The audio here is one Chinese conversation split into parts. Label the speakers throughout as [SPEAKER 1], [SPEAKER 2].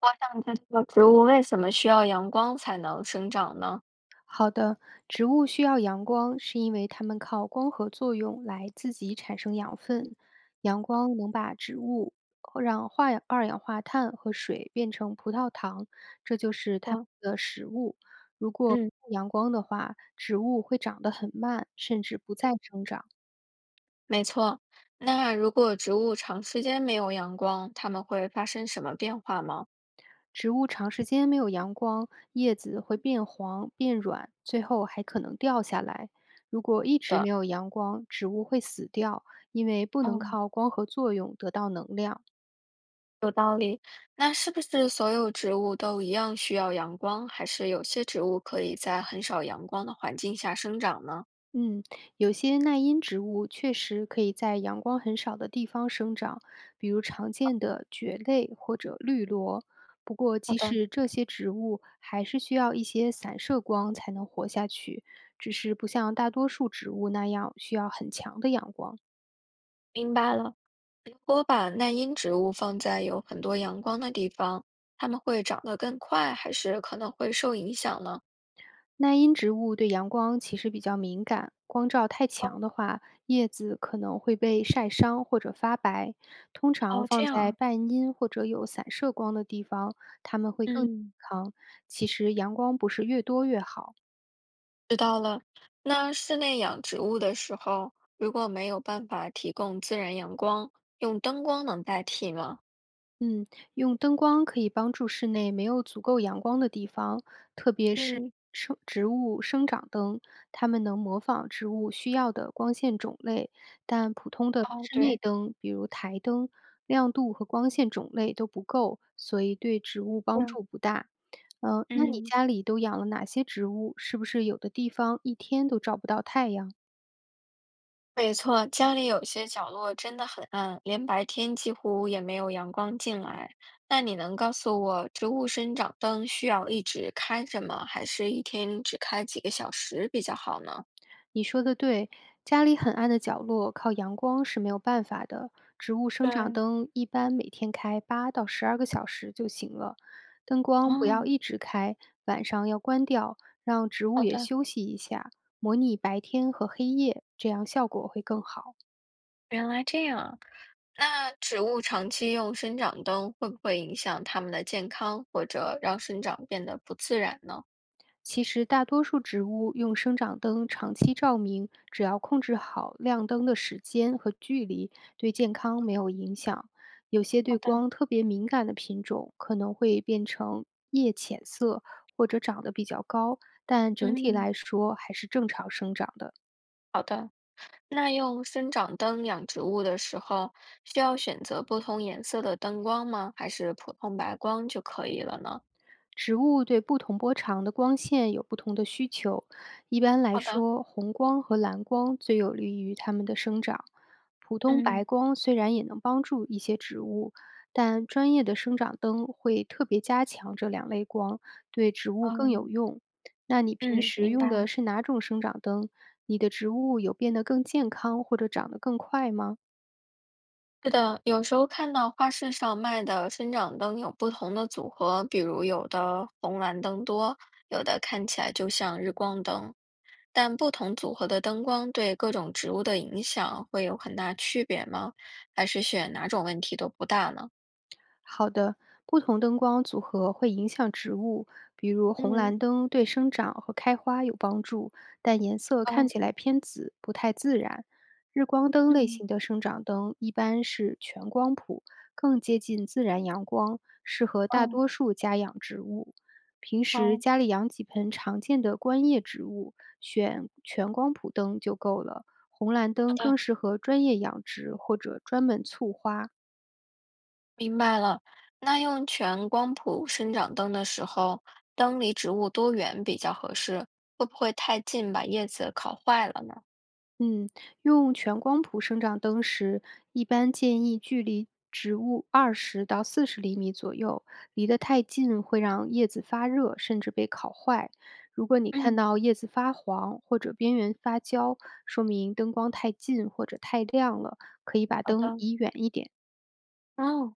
[SPEAKER 1] 我想知道植物为什么需要阳光才能生长呢？
[SPEAKER 2] 好的，植物需要阳光，是因为它们靠光合作用来自己产生养分。阳光能把植物会让化氧二氧化碳和水变成葡萄糖，这就是它
[SPEAKER 1] 的，
[SPEAKER 2] 们的食物。如果
[SPEAKER 1] 嗯，
[SPEAKER 2] 没有阳光的话，植物会长得很慢，甚至不再生长。
[SPEAKER 1] 没错。那如果植物长时间没有阳光，它们会发生什么变化吗？
[SPEAKER 2] 植物长时间没有阳光，叶子会变黄、变软，最后还可能掉下来。如果一直没
[SPEAKER 1] 的，
[SPEAKER 2] 有阳光，植物会死掉，因为不能
[SPEAKER 1] 嗯，
[SPEAKER 2] 靠光合作用得到能量。
[SPEAKER 1] 有道理。那是不是所有植物都一样需要阳光，还是有些植物可以在很少阳光的环境下生长呢？
[SPEAKER 2] 嗯，有些耐阴植物确实可以在阳光很少的地方生长，比如常见的蕨类或者绿萝。不过，
[SPEAKER 1] 好
[SPEAKER 2] 即
[SPEAKER 1] 的，
[SPEAKER 2] 使这些植物还是需要一些散射光才能活下去，只是不像大多数植物那样需要很强的阳光。
[SPEAKER 1] 明白了。如果把耐阴植物放在有很多阳光的地方，它们会长得更快，还是可能会受影响呢？
[SPEAKER 2] 耐阴植物对阳光其实比较敏感，光照太强的话，叶子可能会被晒伤或者发白。通常
[SPEAKER 1] 哦，这
[SPEAKER 2] 放
[SPEAKER 1] 样
[SPEAKER 2] 在
[SPEAKER 1] 啊，
[SPEAKER 2] 半阴或者有散射光的地方，它们会更健
[SPEAKER 1] 嗯，
[SPEAKER 2] 康。其实阳光不是越多越好，
[SPEAKER 1] 知道了。那室内养植物的时候，如果没有办法提供自然阳光，用灯光能代替吗？
[SPEAKER 2] 嗯，用灯光可以帮助室内没有足够阳光的地方，特别是
[SPEAKER 1] 嗯，
[SPEAKER 2] 生植物生长灯，它们能模仿植物需要的光线种类。但普通的
[SPEAKER 1] 哦，
[SPEAKER 2] 室内
[SPEAKER 1] 对，
[SPEAKER 2] 灯，比如台灯，亮度和光线种类都不够，所以对植物帮
[SPEAKER 1] 嗯，
[SPEAKER 2] 助不大。那你
[SPEAKER 1] 嗯，
[SPEAKER 2] 家里都养了哪些植物？是不是有的地方一天都照不到太阳？
[SPEAKER 1] 没错，家里有些角落真的很暗，连白天几乎也没有阳光进来。那你能告诉我，植物生长灯需要一直开着吗？还是一天只开几个小时比较好呢？
[SPEAKER 2] 你说的对，家里很暗的角落靠阳光是没有办法的。植物生长
[SPEAKER 1] 对，
[SPEAKER 2] 灯一般每天开8到12个小时就行了，灯光不
[SPEAKER 1] 哦，
[SPEAKER 2] 要一直开，晚上要关掉，让植物
[SPEAKER 1] 好
[SPEAKER 2] 也
[SPEAKER 1] 的，
[SPEAKER 2] 休息一下，模拟白天和黑夜，这样效果会更好。
[SPEAKER 1] 原来这样啊。那植物长期用生长灯会不会影响它们的健康，或者让生长变得不自然呢？
[SPEAKER 2] 其实，大多数植物用生长灯长期照明，只要控制好亮灯的时间和距离，对健康没有影响。有些
[SPEAKER 1] 好
[SPEAKER 2] 对
[SPEAKER 1] 的，
[SPEAKER 2] 光特别敏感的品种可能会变成叶浅色或者长得比较高，但整体
[SPEAKER 1] 嗯，
[SPEAKER 2] 来说还是正常生长的。
[SPEAKER 1] 好的。那用生长灯养植物的时候，需要选择不同颜色的灯光吗？还是普通白光就可以了呢？
[SPEAKER 2] 植物对不同波长的光线有不同的需求，一般来
[SPEAKER 1] 好的，
[SPEAKER 2] 说，红光和蓝光最有利于它们的生长。普通
[SPEAKER 1] 嗯，
[SPEAKER 2] 白光虽然也能帮助一些植物，但专业的生长灯会特别加强这两类光，对植物更有
[SPEAKER 1] 嗯
[SPEAKER 2] 用。那你平
[SPEAKER 1] 嗯，
[SPEAKER 2] 时
[SPEAKER 1] 明白。
[SPEAKER 2] 用的
[SPEAKER 1] 了。
[SPEAKER 2] 是哪种生长灯？你的植物有变得更健康或者长得更快吗？
[SPEAKER 1] 是的，有时候看到花市上卖的生长灯有不同的组合，比如有的红蓝灯多，有的看起来就像日光灯，但不同组合的灯光对各种植物的影响会有很大区别吗？还是选哪种问题都不大呢？
[SPEAKER 2] 好的，不同灯光组合会影响植物，比如红
[SPEAKER 1] 嗯，
[SPEAKER 2] 蓝灯对生长和开花有帮助，但颜色看
[SPEAKER 1] 哦，
[SPEAKER 2] 起来偏紫，不太自然。日光灯类
[SPEAKER 1] 嗯，
[SPEAKER 2] 型的生长灯一般是全光谱，更接近自然阳光，适合大
[SPEAKER 1] 哦，
[SPEAKER 2] 多数家养植物。平时
[SPEAKER 1] 哦，
[SPEAKER 2] 家里养几盆常见的观叶植物，选全光谱灯就够了。红蓝
[SPEAKER 1] 好
[SPEAKER 2] 灯
[SPEAKER 1] 的，
[SPEAKER 2] 更适合专业养殖或者专门促花。
[SPEAKER 1] 明白了。那用全光谱生长灯的时候，灯离植物多远比较合适？会不会太近把叶子烤坏了呢？
[SPEAKER 2] 嗯，用全光谱生长灯时，一般建议距离植物20到40厘米左右，离得太近会让叶子发热，甚至被烤坏。如果你看
[SPEAKER 1] 嗯。
[SPEAKER 2] 到叶子发黄或者边缘发焦，说明灯光太近或者太亮了，可以把
[SPEAKER 1] 好
[SPEAKER 2] 灯
[SPEAKER 1] 的，
[SPEAKER 2] 移远一点。
[SPEAKER 1] 哦，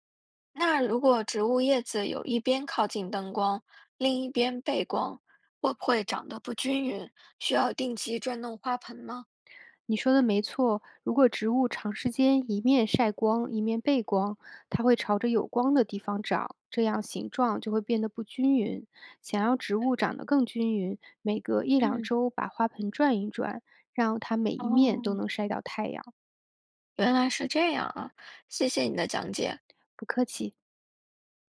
[SPEAKER 1] 那如果植物叶子有一边靠近灯光，另一边背光，会不会长得不均匀？需要定期转动花盆吗？
[SPEAKER 2] 你说的没错，如果植物长时间一面晒光，一面背光，它会朝着有光的地方长，这样形状就会变得不均匀。想要植物长得更均匀，每隔一两
[SPEAKER 1] 嗯，
[SPEAKER 2] 周把花盆转一转，让它每一面都
[SPEAKER 1] 哦，
[SPEAKER 2] 能晒到太阳。
[SPEAKER 1] 原来是这样啊，谢谢你的讲解。
[SPEAKER 2] 不客气。